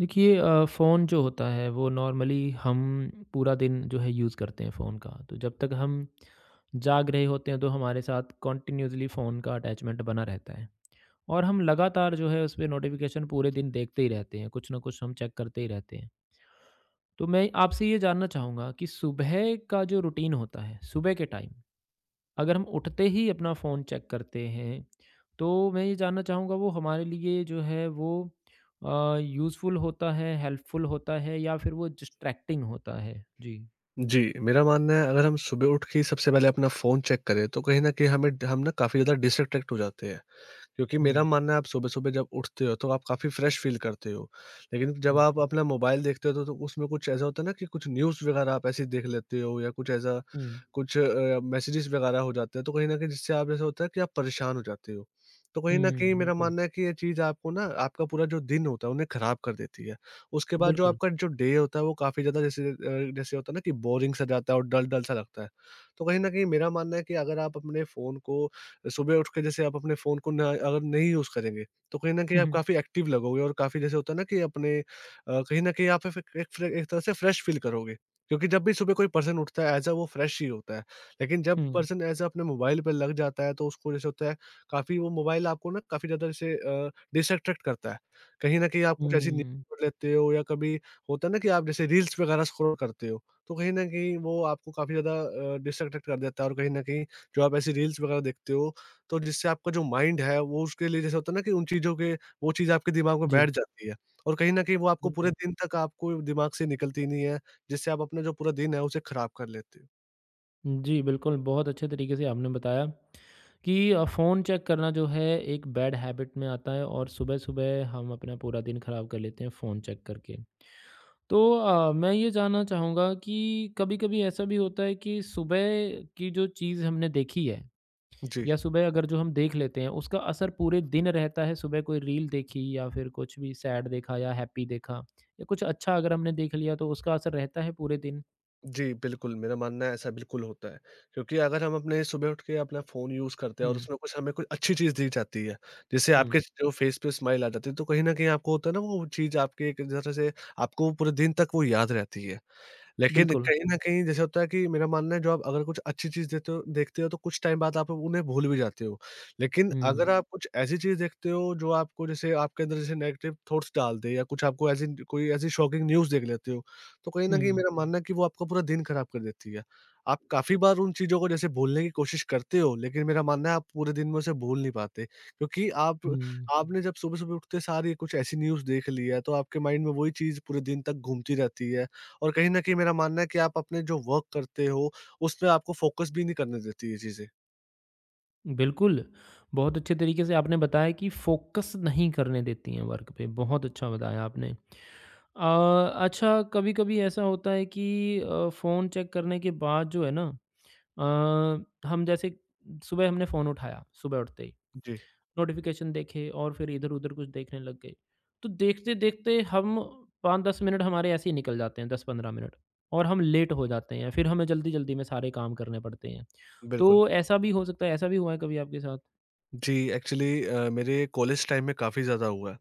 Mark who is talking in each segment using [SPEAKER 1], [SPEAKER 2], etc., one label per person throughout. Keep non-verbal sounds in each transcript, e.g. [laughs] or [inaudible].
[SPEAKER 1] देखिए फ़ोन जो होता है वो नॉर्मली हम पूरा दिन जो है यूज़ करते हैं फ़ोन का। तो जब तक हम जाग रहे होते हैं तो हमारे साथ कंटिन्यूअसली फ़ोन का अटैचमेंट बना रहता है और हम लगातार जो है उसपे नोटिफ़िकेशन पूरे दिन देखते ही रहते हैं, कुछ ना कुछ हम चेक करते ही रहते हैं। तो मैं आपसे ये जानना चाहूँगा कि सुबह का जो रूटीन होता है, सुबह के टाइम अगर हम उठते ही अपना फ़ोन चेक करते हैं, तो मैं ये जानना चाहूँगा वो हमारे लिए जो है वो यूज़फुल होता है, हेल्पफुल होता है या फिर वो डिस्ट्रैक्टिंग होता है? जी।
[SPEAKER 2] जी, मेरा मानना है अगर हम सुबह उठ के ही सबसे पहले अपना फ़ोन चेक करें, तो कहीं न कहीं हमें ड हम ना काफ़ी ज़्यादा डिस्ट्रैक्ट हो जाते हैं। क्योंकि मेरा
[SPEAKER 1] हुँ,
[SPEAKER 2] मानना है आप सुबह-सुबह जब उठते हो तो आप काफ़ी फ्रेश फ़ील करते हो। लेकिन जब आप
[SPEAKER 1] जी।
[SPEAKER 2] अपना मोबाइल देखते हो तो उसमें कुछ ऐसा होता है ना कि कुछ न्यूज़ वगैरह आप ऐसी देख लेते हो, या कुछ ऐसा
[SPEAKER 1] हुँ,
[SPEAKER 2] कुछ मैसेजेस वगैरह हो जाते हैं, तो कहीं न कहीं जिससे आप ऐसा होता है कि आप परेशान हो जाते हो। तो कहीं न कहीं
[SPEAKER 1] हुँ,
[SPEAKER 2] मेरा
[SPEAKER 1] बिल्कुल,
[SPEAKER 2] मानना है कि ये चीज़ आपको ना आपका पूरा जो दिन होता है उन्हें ख़राब कर देती है। उसके बाद जो
[SPEAKER 1] बिल्कुल।
[SPEAKER 2] आपका जो डे होता है वो काफ़ी ज़्यादा जैसे होता है ना कि बोरिंग सा जाता है और डल-डल सा लगता है। तो कहीं न कहीं मेरा मानना है कि अगर आप अपने फ़ोन को सुबह उठ के, जैसे आप अपने फ़ोन को ना अगर नहीं यूज़ करेंगे, तो कहीं न
[SPEAKER 1] [laughs]
[SPEAKER 2] कहीं आप
[SPEAKER 1] हुँ,
[SPEAKER 2] काफ़ी एक्टिव लगोगे और काफ़ी जैसे होता है ना कि कहीं न कहीं आप फ एक फ्रे एक तरह से फ्रेश फ़ील करोगे। क्योंकि जब भी सुबह कोई पर्सन उठता है, ऐज़ अ वो फ्रेश ही होता है। लेकिन जब
[SPEAKER 1] हुँ,
[SPEAKER 2] पर्सन ऐज़ अ अपने मोबाइल पे लग जाता है, तो उसको जैसे होता है, काफ़ी वो मोबाइल आपको ना काफ़ी ज़्यादा जैसे डिसअट्रैक्ट करता है। कहीं न कहीं आप
[SPEAKER 1] हुँ,
[SPEAKER 2] कुछ ऐसी न्यूज़
[SPEAKER 1] हुँ,
[SPEAKER 2] पढ़ लेते हो, या कभी होता है ना कि आप जैसे रील्स वगैरह स्क्रॉल करते हो, तो कहीं न कहीं वो आपको काफ़ी ज़्यादा डिसअट्रैक्ट कर देता है, और कहीं न कहीं जो आप ऐसी रील्स वगैरह देखते हो, तो जिससे आपका जो माइंड है वो उसके लिए जैसे होता है ना कि उन चीज़ों के वो चीज़ आपके दिमाग में
[SPEAKER 1] जी,
[SPEAKER 2] बैठ जाती है, और कहीं न कहीं वो आपको पूरे
[SPEAKER 1] बिल्कुल।
[SPEAKER 2] दिन तक आपको दिमाग से निकलती नहीं है, जिससे आप अपना जो पूरा दिन है उसे खराब कर लेते हो।
[SPEAKER 1] जी, बिल्कुल, बहुत अच्छे तरीके से आपने बताया कि फ़ोन चेक करना जो है एक बैड हैबिट में आता है और सुबह-सुबह हम अपना पूरा दिन खराब कर लेते हैं फ़ोन चेक करके। तो मैं ये जानना चाहूँगा कि कभी-कभी ऐसा भी होता है कि सुबह की जो चीज़ हमने देखी है
[SPEAKER 2] जी।
[SPEAKER 1] या सुबह अगर जो हम देख लेते हैं, उसका असर पूरे दिन रहता है। सुबह कोई रील देखी या फिर कुछ भी सैड देखा या हैप्पी देखा या कुछ अच्छा अगर हमने देख लिया तो उसका असर रहता है पूरे दिन।
[SPEAKER 2] जी, बिल्कुल मेरा मानना है ऐसा बिल्कुल होता है, क्योंकि अगर हम अपने सुबह उठ के अपना फ़ोन यूज़ करते हैं और
[SPEAKER 1] हुँ,
[SPEAKER 2] उसमें कुछ हमें कोई अच्छी चीज़ दी जाती है, जैसे
[SPEAKER 1] हुँ,
[SPEAKER 2] आपके जो फ़ेस पे स्माइल आ जाती है, तो कहीं न कहीं आपको होता है ना वो चीज़ आपके एक तरह से आपको पूरे दिन तक वो याद रहती है। लेकिन
[SPEAKER 1] बिल्कुल।
[SPEAKER 2] कहीं न कहीं जैसे होता है कि मेरा मानना है, जो आप अगर कुछ अच्छी चीज़ देते हो देखते हो तो कुछ टाइम बाद आप उन्हें भूल भी जाते हो। लेकिन
[SPEAKER 1] हुँ,
[SPEAKER 2] अगर आप कुछ ऐसी चीज़ देखते हो जो आपको जैसे आपके अंदर जैसे नेगेटिव थॉट्स डाल दे, या कुछ आपको ऐसी कोई ऐसी शॉकिंग न्यूज़ देख लेते हो, तो कहीं न कहीं
[SPEAKER 1] हुँ,
[SPEAKER 2] मेरा मानना है कि वो आपका पूरा दिन खराब कर देती है। आप काफ़ी बार उन चीज़ों को जैसे भूलने की कोशिश करते हो, लेकिन मेरा मानना है आप पूरे दिन में उसे भूल नहीं पाते, क्योंकि आप
[SPEAKER 1] हुँ।
[SPEAKER 2] आपने जब सुबह-सुबह उठते सार ही कुछ ऐसी न्यूज़ देख ली है, तो आपके माइंड में वही चीज़ पूरे दिन तक घूमती रहती है। और कहीं न कहीं मेरा मानना है कि आप अपने जो वर्क करते हो, उसमें आपको फ़ोकस भी नहीं करने देती ये चीज़ें।
[SPEAKER 1] बिल्कुल, बहुत अच्छे तरीके से आपने बताया कि फ़ोकस नहीं करने देती हैं वर्क पे, बहुत अच्छा बताया आपने। अ, अच्छा कभी-कभी ऐसा होता है कि फ़ोन चेक करने के बाद जो है ना अ, हम जैसे सुबह हमने फ़ोन उठाया, सुबह उठते ही,
[SPEAKER 2] जी,
[SPEAKER 1] नोटिफ़िकेशन देखे और फिर इधर-उधर कुछ देखने लग गए। तो देखते-देखते हम 5-10 मिनट हमारे ऐसे ही निकल जाते हैं, 10-15 मिनट और हम लेट हो जाते हैं, फिर हमें जल्दी-जल्दी में सारे काम करने पड़ते हैं।
[SPEAKER 2] बिल्कुल।
[SPEAKER 1] तो ऐसा भी हो सकता है, ऐसा भी हुआ है कभी आपके साथ?
[SPEAKER 2] जी, एक्चुअली मेरे कॉलेज टाइम में काफ़ी ज़्यादा हुआ है,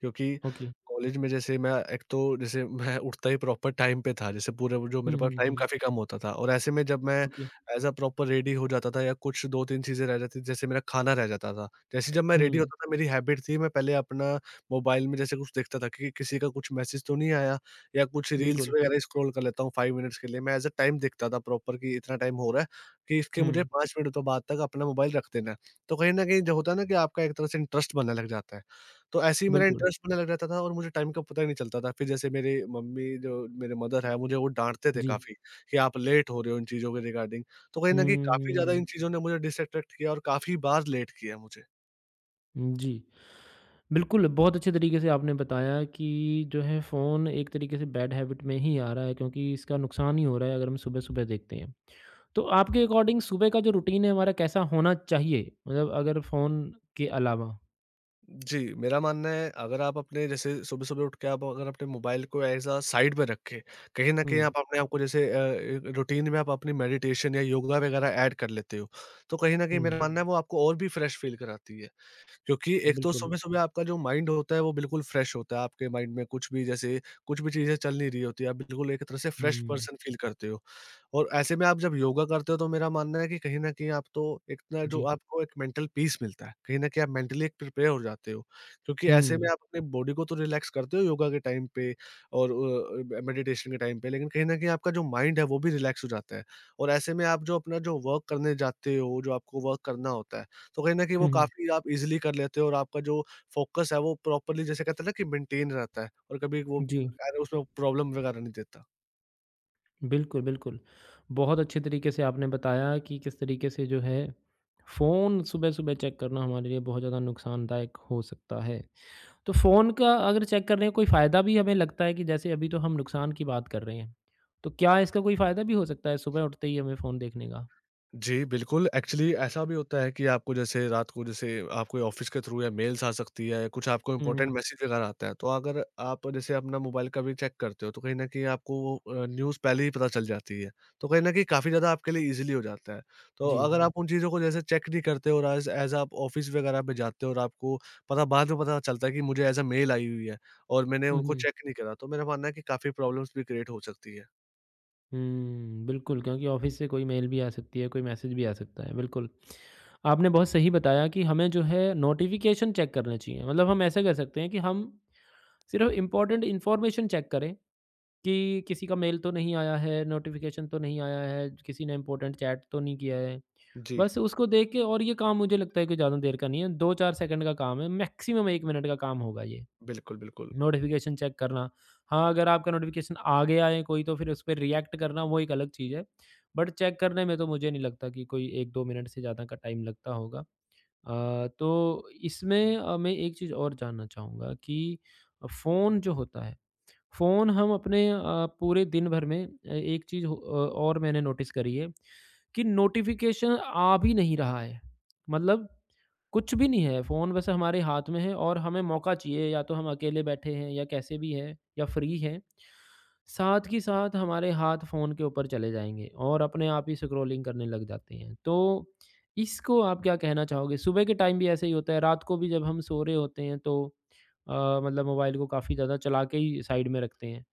[SPEAKER 2] क्योंकि
[SPEAKER 1] ओके।
[SPEAKER 2] कॉलेज में जैसे मैं एक तो जैसे [laughs] मैं उठता ही प्रॉपर टाइम पे था, जैसे पूरे वो जो
[SPEAKER 1] हुँ,
[SPEAKER 2] मेरे पास
[SPEAKER 1] हुँ,
[SPEAKER 2] टाइम
[SPEAKER 1] हुँ।
[SPEAKER 2] काफ़ी कम होता था, और ऐसे में जब मैं
[SPEAKER 1] okay.
[SPEAKER 2] As a proper ready हो जाता था या कुछ 2-3 चीज़ें रह जाती थी, जैसे मेरा खाना रह जाता था। जैसे जब मैं रेडी
[SPEAKER 1] हुँ,
[SPEAKER 2] होता था मेरी हैबिट थी मैं पहले अपना मोबाइल में जैसे कुछ देखता था कि किसी का कुछ मैसेज तो नहीं आया, या कुछ रील्स
[SPEAKER 1] बिल्कुल।
[SPEAKER 2] वगैरह स्क्रॉल कर लेता हूँ 5 मिनट्स के लिए। मैं एज़ अ टाइम देखता था प्रॉपर कि इतना टाइम हो रहा है, कि इसके मुझे
[SPEAKER 1] हुँ,
[SPEAKER 2] 5 मिनट तो बाद तक अपना मोबाइल रख देना है। तो कहीं न कहीं जो होता है ना कि आपका एक तरह से इंटरेस्ट बनने लग जाता है। तो ऐसे ही मेरा
[SPEAKER 1] बिल्कुल।
[SPEAKER 2] इंटरेस्ट बनने लग जाता था और मुझे टाइम का पता ही नहीं चलता था। फिर जैसे मेरी मम्मी जो मेरे मदर है, मुझे वो डाँटते थे
[SPEAKER 1] जी।
[SPEAKER 2] काफ़ी कि आप लेट हो रहे हो इन चीज़ों के रिगार्डिंग। तो कहीं न कहीं काफ़ी ज़्यादा
[SPEAKER 1] हुँ,
[SPEAKER 2] इन चीज़ों ने मुझे डिसअट्रैक्ट किया और काफ़ी बार लेट किया मुझे।
[SPEAKER 1] जी। बिल्कुल, बहुत अच्छे तरीके से आपने बताया कि जो है फ़ोन एक तरीके से बैड हैबिट में ही आ रहा है क्योंकि इसका नुकसान ही हो रहा है अगर हम सुबह-सुबह देखते हैं। तो आपके अकॉर्डिंग सुबह का जो रूटीन है हमारा कैसा होना चाहिए? मतलब अगर फ़ोन के अलावा?
[SPEAKER 2] जी, मेरा मानना है अगर आप अपने जैसे सुबह-सुबह उठ के आप अगर अपने मोबाइल को एज़ अ साइड में रखें, कहीं न कहीं
[SPEAKER 1] हुँ,
[SPEAKER 2] आप अपने आप को जैसे ए रूटीन में आप अपनी मेडिटेशन या योगा वगैरह ऐड कर लेते हो। तो कहीं न कहीं मेरा
[SPEAKER 1] हुँ,
[SPEAKER 2] मानना है वो आपको और भी फ्रेश फील कराती है। क्योंकि एक तो
[SPEAKER 1] बिल्कुल।
[SPEAKER 2] सुबह-सुबह आपका जो माइंड होता है वो बिल्कुल फ्रेश होता है, आपके माइंड में कुछ भी जैसे कुछ भी चीज़ें चल नहीं रही होती, आप बिल्कुल एक तरह से फ्रेश
[SPEAKER 1] हुँ,
[SPEAKER 2] पर्सन फील करते हो। और ऐसे में आप जब योगा करते हो तो मेरा मानना है कि कहीं न कहीं आप तो एक ना जो
[SPEAKER 1] जी।
[SPEAKER 2] आपको एक मेंटल पीस मिलता है, कहीं न कहीं आप मेंटली एक प्रिपेयर हो जाते हो। क्योंकि ऐसे में
[SPEAKER 1] हुँ,
[SPEAKER 2] आप अपनी बॉडी को तो रिलैक्स करते हो योगा के टाइम पे और मेडिटेशन के टाइम पे, लेकिन कहीं न कहीं आपका जो माइंड है वो भी रिलैक्स हो जाता है। और ऐसे में आप जो अपना जो वर्क करने जाते हो, जो आपको वर्क करना होता है, तो कहीं न कहीं
[SPEAKER 1] हुँ,
[SPEAKER 2] वो
[SPEAKER 1] हुँ।
[SPEAKER 2] काफ़ी आप ईज़िली कर लेते हो, और आपका जो फ़ोकस है वो प्रॉपर्ली जैसे कहते हैं ना कि मेंटेन रहता है और कभी वो
[SPEAKER 1] जी।
[SPEAKER 2] उसमें प्रॉब्लम वगैरह नहीं देता।
[SPEAKER 1] बिल्कुल, बिल्कुल। बहुत अच्छे तरीके से आपने बताया कि किस तरीके से जो है फ़ोन सुबह-सुबह चेक करना हमारे लिए बहुत ज़्यादा नुकसानदायक हो सकता है। तो फ़ोन का अगर चेक करने का कोई फ़ायदा भी हमें लगता है कि जैसे अभी तो हम नुकसान की बात कर रहे हैं, तो क्या इसका कोई फ़ायदा भी हो सकता है सुबह उठते ही हमें फ़ोन देखने का?
[SPEAKER 2] जी, बिल्कुल। एक्चुअली ऐसा भी होता है कि आपको जैसे रात को जैसे आपको ऑफ़िस के थ्रू या मेल्स आ सकती है, कुछ आपको
[SPEAKER 1] हुँ,
[SPEAKER 2] इम्पोर्टेंट
[SPEAKER 1] हुँ।
[SPEAKER 2] मैसेज वगैरह आता है। तो अगर आप जैसे अपना मोबाइल कभी चेक करते हो, तो कहीं न कहीं आपको वो न्यूज़ पहले ही पता चल जाती है। तो कहीं न कहीं काफ़ी ज़्यादा आपके लिए ईज़िली हो जाता है। तो
[SPEAKER 1] जी।
[SPEAKER 2] अगर आप उन चीज़ों को जैसे चेक नहीं करते हो और एज़ एज़ आप ऑफ़िस वगैरह में जाते हो, और आपको पता बाद में पता चलता है कि मुझे एज़ अ मेल आई हुई है और मैंने
[SPEAKER 1] हुँ,
[SPEAKER 2] उनको
[SPEAKER 1] हुँ।
[SPEAKER 2] चेक नहीं करा, तो मेरा मानना है कि काफ़ी प्रॉब्लम्स भी क्रिएट हो सकती है।
[SPEAKER 1] हुँ, बिल्कुल क्योंकि ऑफ़िस से कोई मेल भी आ सकती है, कोई मैसेज भी आ सकता है, बिल्कुल। आपने बहुत सही बताया कि हमें जो है नोटिफ़िकेशन चेक करने चाहिए, मतलब हम ऐसा कर सकते हैं कि हम सिर्फ़ इम्पोर्टेंट इन्फॉर्मेशन चेक करें कि किसी का मेल तो नहीं आया है, नोटिफ़िकेशन तो नहीं आया है, किसी ने इम्पोर्टेंट चैट तो नहीं किया है।
[SPEAKER 2] जी,
[SPEAKER 1] बस उसको देख के और ये काम मुझे लगता है कि ज़्यादा देर का नहीं है, 2-4 सेकंड का काम है, मैक्सिमम 1 मिनट का काम होगा ये।
[SPEAKER 2] बिल्कुल, बिल्कुल।
[SPEAKER 1] नोटिफ़िकेशन चेक करना। हाँ, अगर आपका नोटिफ़िकेशन आगे आए कोई तो फिर उसपे रिएक्ट करना वो एक अलग चीज़ है। बट चेक करने में तो मुझे नहीं लगता कि कोई 1-2 मिनट से ज़्यादा का टाइम लगता होगा। तो इसमें मैं एक चीज़ और जानना चाहूँगा कि फ़ोन जो होता है फ़ोन हम अपने पूरे दिन भर में एक चीज़ हो और मैंने नोटिस करी है कि नोटिफ़िकेशन आ भी नहीं रहा है। मतलब कुछ भी नहीं है, फ़ोन बस हमारे हाथ में है और हमें मौका चाहिए या तो हम अकेले बैठे हैं या कैसे भी हैं या फ्री हैं। साथ ही साथ हमारे हाथ फ़ोन के ऊपर चले जाएँगे और अपने आप ही स्क्रॉलिंग करने लग जाते हैं। तो इसको आप क्या कहना चाहोगे? सुबह के टाइम भी ऐसे ही होता है, रात को भी जब हम सो रहे होते हैं तो मतलब मोबाइल को काफ़ी ज़्यादा चला के ही साइड में रखते हैं।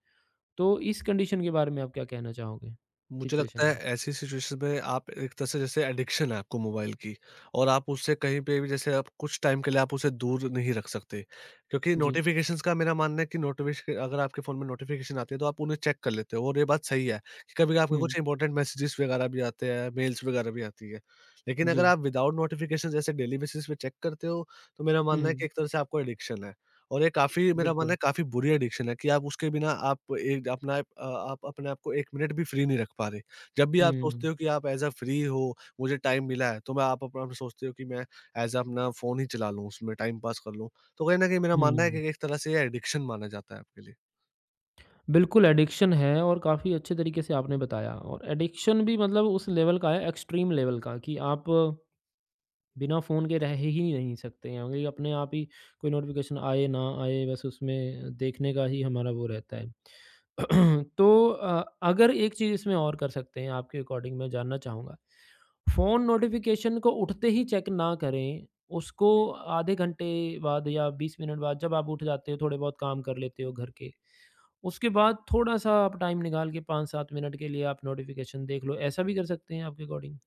[SPEAKER 1] तो इस कंडीशन के बारे में आप क्या कहना चाहोगे?
[SPEAKER 2] मुझे
[SPEAKER 1] सिचुएशन
[SPEAKER 2] लगता है
[SPEAKER 1] में?
[SPEAKER 2] ऐसी सिचुएशन में आप एक तरह से जैसे एडिक्शन है आपको मोबाइल की, और आप उससे कहीं पे भी जैसे आप कुछ टाइम के लिए आप उसे दूर नहीं रख सकते, क्योंकि
[SPEAKER 1] जी।
[SPEAKER 2] नोटिफिकेशंस का मेरा मानना है कि नोटिफिकेशन अगर आपके फ़ोन में नोटिफिकेशन आती है तो आप उन्हें चेक कर लेते हो, और ये बात सही है कि कभी आपके
[SPEAKER 1] हुँ।
[SPEAKER 2] कुछ इंपॉर्टेंट मैसेजेस वगैरह भी आते हैं, मेल्स वगैरह भी आती है, लेकिन अगर
[SPEAKER 1] जी।
[SPEAKER 2] आप विदाउट नोटिफिकेशन जैसे डेली बेसिस पे चेक करते हो, तो मेरा
[SPEAKER 1] हुँ,
[SPEAKER 2] मानना है
[SPEAKER 1] हुँ।
[SPEAKER 2] कि एक तरह से आपको एडिक्शन है, और ये काफ़ी मेरा मानना
[SPEAKER 1] बिल्कुल।
[SPEAKER 2] है काफ़ी बुरी एडिक्शन है कि आप उसके बिना आप एक अपना आप अ, आप अपने आप को 1 मिनट भी फ्री नहीं रख पा रहे। जब भी आप
[SPEAKER 1] हुँ, हुँ।
[SPEAKER 2] सोचते हो कि आप एज़ अ फ्री हो, मुझे टाइम मिला है, तो मैं आप अपना आप सोचते हो कि मैं एज़ अ अपना फ़ोन ही चला लूँ, उसमें टाइम पास कर लूँ। तो कहीं न कहीं मेरा मानना है कि एक तरह से ये एडिक्शन माना जाता है आपके लिए।
[SPEAKER 1] बिल्कुल एडिक्शन है और काफ़ी अच्छे तरीके से आपने बताया और एडिक्शन भी मतलब उस लेवल का है, एक्सट्रीम लेवल का कि आप बिना फ़ोन के रह ही नहीं सकते हैं, अगर ये अपने आप ही कोई नोटिफ़िकेशन आए ना आए बस उसमें देखने का ही हमारा वो रहता है। [clears throat] तो अगर एक चीज़ इसमें और कर सकते हैं आपके अकॉर्डिंग मैं जानना चाहूँगा, फ़ोन नोटिफ़िकेशन को उठते ही चेक ना करें, उसको आधे घंटे बाद या 20 मिनट बाद जब आप उठ जाते हो थोड़े बहुत काम कर लेते हो घर के, उसके बाद थोड़ा-सा आप टाइम निकाल के 5-7 मिनट के लिए आप नोटिफ़िकेशन देख लो, ऐसा भी कर सकते हैं आपके अकॉर्डिंग?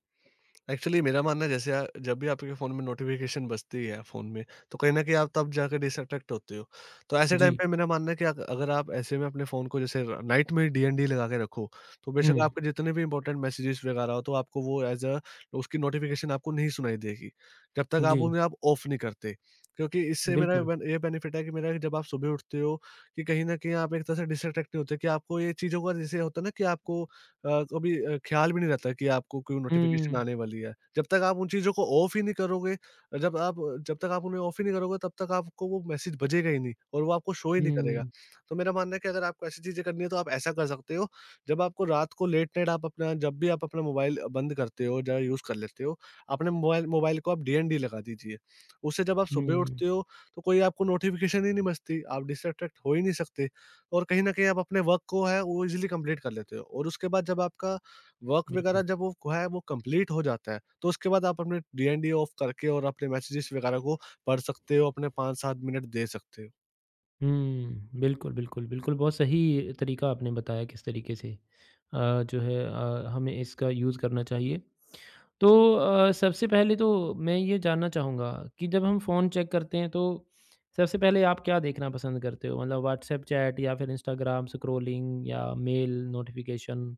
[SPEAKER 2] एक्चुअली मेरा मानना है जैसे आ जब भी आपके फ़ोन में नोटिफ़िकेशन बजती है फ़ोन में, तो कहीं न कहीं आप तब जाके डिसअट्रैक्ट होते हो। तो ऐसे टाइम
[SPEAKER 1] जी।
[SPEAKER 2] पे मेरा मानना है कि अग अगर आप ऐसे में अपने फ़ोन को जैसे र नाइट में डीएनडी लगा के रखो, तो
[SPEAKER 1] हुँ।
[SPEAKER 2] बेशक आपके जितने भी इम्पोर्टेंट मैसेजेस वगैरह हो, तो आपको वो एज़ अ उसकी नोटिफ़िकेशन आपको नहीं सुनाई देगी, जब तक
[SPEAKER 1] जी,
[SPEAKER 2] आप उन्हें आप ऑफ नहीं करते। क्योंकि इससे मेरा
[SPEAKER 1] बिल्कुल।
[SPEAKER 2] बन ये बेनिफिट है कि मेरा जब आप सुबह उठते हो, कि कहीं न कहीं आप एक तरह से डिसअट्रैक्ट नहीं होते, कि आपको ये चीज़ों का जैसे होता है ना कि आपको कभी ख्याल भी नहीं रहता कि आपको कोई नोटिफ़िकेशन
[SPEAKER 1] हुँ,
[SPEAKER 2] आने वाली है। जब तक आप उन चीज़ों को ऑफ ही नहीं करोगे, जब आप जब तक आप उन्हें ऑफ ही नहीं करोगे, तब तक आपको वो मैसेज बजेगा ही नहीं और वो आपको शो ही नहीं करेगा।
[SPEAKER 1] हुँ,
[SPEAKER 2] तो मेरा मानना है कि अगर आपको ऐसी चीज़ें करनी है, तो आप ऐसा कर सकते हो, जब आपको रात को लेट नाइट आप अपना जब भी आप अपना मोबाइल बंद करते हो, या यूज़ कर लेते हो, अपने मोबाइल मोबाइल को आप डीएनडी लगा दीजिए। उससे जब आप सुबह
[SPEAKER 1] हुँ,
[SPEAKER 2] उठते हो, तो कोई आपको नोटिफ़िकेशन ही नहीं बजती, आप डिस्ट्रैक्ट हो ही नहीं सकते। और कहीं न कहीं आप अपने वर्क को है वो ईज़िली कंप्लीट कर लेते हो और उसके बाद जब आपका वर्क
[SPEAKER 1] बिल्कुल।
[SPEAKER 2] वगैरह जब वो है वो कंप्लीट हो जाता है, तो उसके बाद आप अपने डीएनडी ऑफ करके और अपने मैसेजेस वगैरह को पढ़ सकते हो, अपने 5-7 मिनट दे सकते हो।
[SPEAKER 1] हुँ, बिल्कुल, बिल्कुल, बिल्कुल, बहुत सही तरीका आपने बताया किस तरीके से जो है हमें इसका यूज़ करना चाहिए। तो सबसे पहले तो मैं ये जानना चाहूँगा कि जब हम फ़ोन चेक करते हैं तो सबसे पहले आप क्या देखना पसंद करते हो? मतलब व्हाट्सएप चैट या फिर इंस्टाग्राम स्क्रॉलिंग या मेल नोटिफ़िकेशन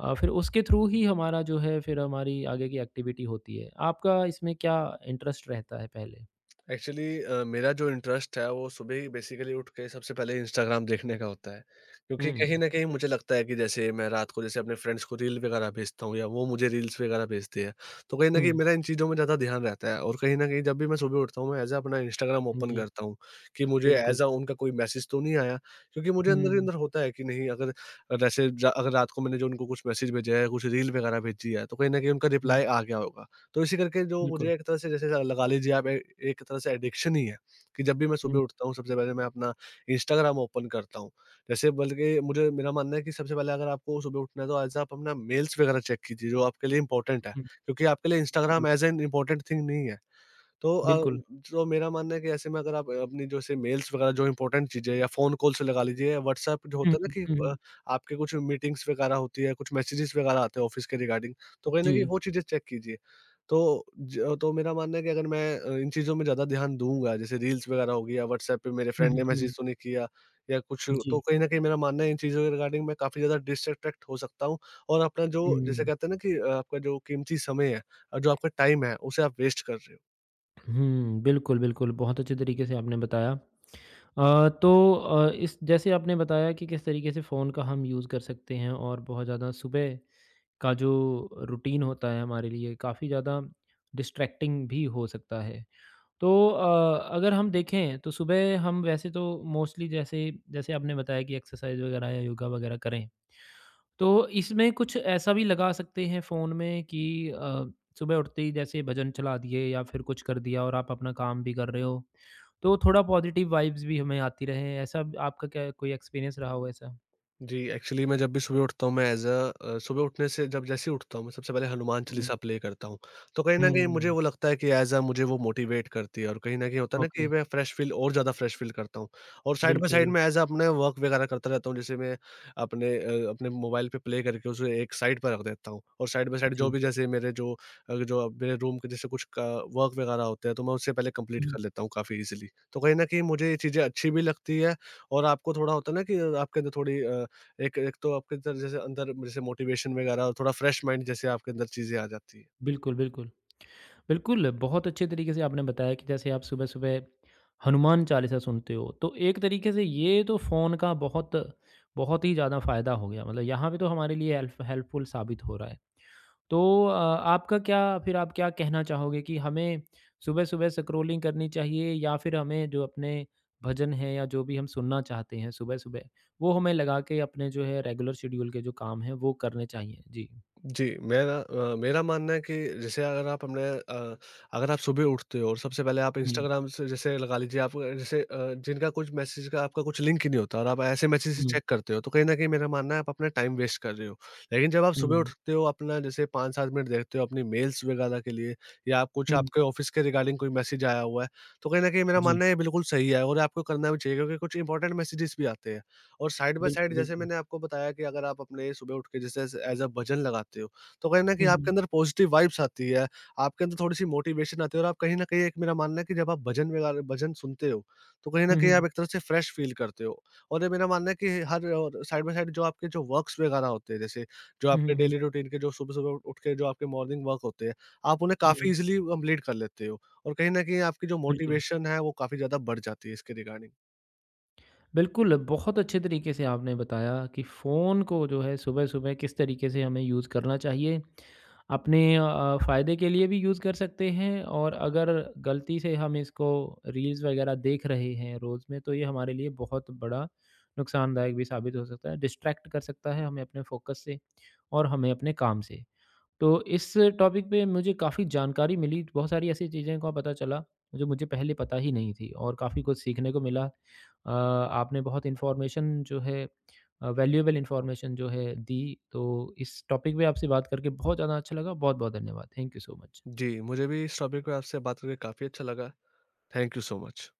[SPEAKER 1] फिर उसके थ्रू ही हमारा जो है फिर हमारी आगे की एक्टिविटी होती है। आपका इसमें क्या इंटरेस्ट रहता है पहले?
[SPEAKER 2] एक्चुअली मेरा जो इंटरेस्ट है वो सुबह ही बेसिकली उठ के सबसे पहले इंस्टाग्राम देखने का होता है। क्योंकि कहीं
[SPEAKER 1] हुँ,
[SPEAKER 2] न कहीं मुझे लगता है कि जैसे मैं रात को जैसे अपने फ्रेंड्स को रील वगैरह भेजता हूँ या वो मुझे रील्स वगैरह भेजते हैं। तो कहीं न कहीं
[SPEAKER 1] हुँ,
[SPEAKER 2] मेरा इन चीज़ों में ज़्यादा ध्यान रहता है और कहीं न कहीं जब भी मैं सुबह उठता हूँ मैं ऐज़ अ अपना इंस्टाग्राम ओपन
[SPEAKER 1] जी,
[SPEAKER 2] करता हूँ कि मुझे
[SPEAKER 1] बिल्कुल।
[SPEAKER 2] ऐज़ अ उनका कोई मैसेज तो नहीं आया। क्योंकि मुझे अंदर ही
[SPEAKER 1] हुँ,
[SPEAKER 2] अंदर होता है कि नहीं, अगर जैसे ज अगर रात को मैंने जो उनको कुछ मैसेज भेजा है, कुछ रील वगैरह भेजी है, तो कहीं न कहीं उनका
[SPEAKER 1] हुँ,
[SPEAKER 2] रिप्लाई आ गया होगा। तो इसी करके जो
[SPEAKER 1] बिल्कुल।
[SPEAKER 2] मुझे एक तरह से जैसे लगा लीजिए, आप ए एक तरह से एडिक्शन ही है, कि जब भी मैं सुबह
[SPEAKER 1] हुँ,
[SPEAKER 2] उठता हूँ सबसे पहले मैं अपना इंस्टाग्राम ओपन करता हूँ। जैसे, बल्कि मुझे मेरा मानना है कि सबसे पहले अगर आपको सुबह उठना है, तो ऐज़ आप अपना मेल्स वगैरह चेक कीजिए जो आपके लिए इम्पोर्टेंट है,
[SPEAKER 1] हुँ,
[SPEAKER 2] क्योंकि आपके लिए
[SPEAKER 1] बिल्कुल,
[SPEAKER 2] Instagram as an important thing नहीं है। तो
[SPEAKER 1] बिल्कुल।
[SPEAKER 2] जो मेरा मानना है कि ऐसे में अगर आप अपनी जैसे मेल्स वगैरह जो इम्पोर्टेंट चीज़ें, या फ़ोन कॉल्स लगा लीजिए, या व्हाट्सएप जो
[SPEAKER 1] हुँ,
[SPEAKER 2] होता है ना कि अ,
[SPEAKER 1] हुँ,
[SPEAKER 2] आपके कुछ मीटिंग्स वगैरह होती है, कुछ मैसेजेस वगैरह आते हैं ऑफ़िस के रिगार्डिंग, तो कहीं
[SPEAKER 1] जी।
[SPEAKER 2] न कहीं वो चीज़ें चेक कीजिए। तो ज तो मेरा मानना है कि अगर मैं इन चीज़ों में ज़्यादा ध्यान दूँगा, जैसे रील्स वगैरह हो गई, या व्हाट्सएप पे मेरे
[SPEAKER 1] हुँ,
[SPEAKER 2] फ्रेंड ने
[SPEAKER 1] हुँ,
[SPEAKER 2] मैसेज तो नहीं किया या कुछ,
[SPEAKER 1] जी।
[SPEAKER 2] तो कहीं न कहीं मेरा मानना है इन चीज़ों के रिगार्डिंग मैं काफ़ी ज़्यादा डिस्ट्रैक्ट हो सकता हूँ और अपना जो, जैसे
[SPEAKER 1] हुँ,
[SPEAKER 2] कहते हैं ना कि आपका जो कीमती समय है और जो आपका टाइम है, उसे आप वेस्ट कर रहे हो।
[SPEAKER 1] हुँ, बिल्कुल, बिल्कुल, बहुत अच्छे तरीके से आपने बताया। तो इस जैसे आपने बताया कि किस तरीके से फ़ोन का हम यूज़ कर सकते हैं और बहुत ज़्यादा सुबह का जो रूटीन होता है हमारे लिए, काफ़ी ज़्यादा डिस्ट्रैक्टिंग भी हो सकता है। तो अगर हम देखें तो सुबह हम वैसे तो मोस्टली जैसे जैसे आपने बताया कि एक्सरसाइज वगैरह या योगा वगैरह करें तो इसमें कुछ ऐसा भी लगा सकते हैं फ़ोन में कि सुबह उठते ही जैसे भजन चला दिए या फिर कुछ कर दिया और आप अपना काम भी कर रहे हो तो थोड़ा पॉजिटिव वाइब्स भी हमें आती रहे ऐसा भी- आपका क्या कोई एक्सपीरियंस रहा हो ऐसा।
[SPEAKER 2] जी, एक्चुअली मैं जब भी सुबह उठता हूँ, मैं एज़ अ सुबह उठने से, जब जैसे ही उठता हूँ, मैं सबसे पहले हनुमान
[SPEAKER 1] हुँ,
[SPEAKER 2] चालीसा प्ले करता हूँ। तो कहीं न कहीं मुझे
[SPEAKER 1] हुँ,
[SPEAKER 2] वो लगता है कि एज़ अ मुझे वो मोटिवेट करती है और कहीं न कहीं होता है ना कि
[SPEAKER 1] ओके।
[SPEAKER 2] मैं फ्रेश फ़ील और ज़्यादा फ्रेश फ़ील करता हूँ। और साइड बाय
[SPEAKER 1] बिल्कुल
[SPEAKER 2] साइड
[SPEAKER 1] बिल्कुल।
[SPEAKER 2] में एज़ अ अपने वर्क वगैरह करता रहता हूँ, जैसे मैं अपने मोबाइल पे प्ले करके उसे एक साइड पर रख देता हूँ और साइड बाय साइड जो
[SPEAKER 1] जी।
[SPEAKER 2] भी, जैसे मेरे जो मेरे रूम के जैसे कुछ क वर्क वगैरह होते हैं, तो मैं उससे पहले कंप्लीट
[SPEAKER 1] हुँ,
[SPEAKER 2] कर लेता हूँ काफ़ी ईज़िली। तो कहीं न कहीं मुझे ये चीज़ें अच्छी भी लगती है, और आपको थोड़ा होता है ना कि आपके अंदर थोड़ी एक एक तो आपके अंदर, जैसे अंदर जैसे मोटिवेशन वगैरह और थोड़ा फ्रेश माइंड जैसे आपके अंदर चीज़ें आ जाती है।
[SPEAKER 1] बिल्कुल बिल्कुल। बिल्कुल, बहुत अच्छे तरीके से आपने बताया कि जैसे आप सुबह-सुबह हनुमान चालीसा सुनते हो, तो एक तरीके से ये तो फ़ोन का बहुत बहुत ही ज़्यादा फ़ायदा हो गया, मतलब यहाँ पे तो हमारे लिए हेल्पफुल साबित हो रहा है। तो आपका क्या फिर आप क्या कहना चाहोगे कि हमें सुबह-सुबह स्क्रॉलिंग करनी चाहिए या फिर हमें जो अपने भजन हैं या जो भी हम सुनना चाहते हैं सुबह-सुबह, वो हमें लगा के अपने जो है रेगुलर शेड्यूल के जो काम हैं, वो करने चाहिए? जी।
[SPEAKER 2] जी, मैं ना मेरा मानना है कि जैसे अगर आप अगर आप सुबह उठते हो और सबसे पहले आप
[SPEAKER 1] हुँ,
[SPEAKER 2] इंस्टाग्राम से जैसे लगा लीजिए आप जैसे जिनका कुछ मैसेज का आपका कुछ लिंक ही नहीं होता और आप ऐसे मैसेज
[SPEAKER 1] हुँ,
[SPEAKER 2] चेक करते हो, तो कहीं न कहीं मेरा मानना है आप अपना टाइम वेस्ट कर रहे हो। लेकिन जब आप सुबह
[SPEAKER 1] हुँ,
[SPEAKER 2] उठते हो, अपना जैसे 5-7 मिनट देखते हो अपनी मेल्स वगैरह के लिए, या आप कुछ
[SPEAKER 1] हुँ।
[SPEAKER 2] आपके ऑफिस के रिगार्डिंग कोई मैसेज आया हुआ है, तो कहीं न कहीं मेरा
[SPEAKER 1] जी,
[SPEAKER 2] मानना है ये बिल्कुल सही है और आपको करना भी चाहिए, क्योंकि कुछ इंपॉर्टेंट मैसेजेस भी आते हैं। और साइड बाय
[SPEAKER 1] बिल्कुल,
[SPEAKER 2] साइड, जैसे
[SPEAKER 1] बिल्कुल।
[SPEAKER 2] मैंने आपको बताया कि अगर आप अपने सुबह उठ के जैसे एज़ अ भजन लगाते हो, तो कहीं न कहीं
[SPEAKER 1] हुँ, हुँ।
[SPEAKER 2] आपके अंदर पॉजिटिव वाइब्स आती है, आपके अंदर थोड़ी-सी मोटिवेशन आती है और आप कहीं न कहीं एक, मेरा मानना है कि जब आप भजन वगैरह भजन सुनते हो, तो कहीं न
[SPEAKER 1] हुँ,
[SPEAKER 2] कहीं
[SPEAKER 1] हुँ।
[SPEAKER 2] आप एक तरह से फ्रेश फ़ील करते हो। और ये मेरा मानना है कि हर और साइड बाय साइड जो आपके जो वर्क्स वगैरह होते हैं, जैसे जो
[SPEAKER 1] हुँ,
[SPEAKER 2] आपके
[SPEAKER 1] हुँ, हुँ।
[SPEAKER 2] डेली रूटीन के जो सुबह-सुबह उठ उठ के जो आपके मॉर्निंग वर्क होते हैं, आप उन्हें काफ़ी
[SPEAKER 1] हुँ,
[SPEAKER 2] ईज़िली कंप्लीट कर लेते हो और कहीं न कहीं आपकी जो
[SPEAKER 1] बिल्कुल।
[SPEAKER 2] मोटिवेशन है, वो काफ़ी ज़्यादा बढ़ जाती है इसके रिगार्डिंग।
[SPEAKER 1] बिल्कुल, बहुत अच्छे तरीके से आपने बताया कि फ़ोन को जो है सुबह-सुबह किस तरीके से हमें यूज़ करना चाहिए। अपने फ़ायदे के लिए भी यूज़ कर सकते हैं और अगर गलती से हम इसको रील्स वगैरह देख रहे हैं रोज़ में, तो ये हमारे लिए बहुत बड़ा नुकसानदायक भी साबित हो सकता है। डिस्ट्रैक्ट कर सकता है हमें अपने फ़ोकस से और हमें अपने काम से। तो इस टॉपिक पे मुझे काफ़ी जानकारी मिली, बहुत सारी ऐसी चीज़ें का पता चला, जो मुझे पहले पता ही नहीं थी और काफ़ी कुछ सीखने को मिला। आपने बहुत इन्फॉर्मेशन जो है वैल्यूएबल इन्फॉर्मेशन जो है दी, तो इस टॉपिक पे आपसे बात करके बहुत ज़्यादा अच्छा लगा। बहुत-बहुत धन्यवाद। Thank you so much.
[SPEAKER 2] जी, मुझे भी इस टॉपिक पे आपसे बात करके काफ़ी अच्छा लगा। Thank you so much.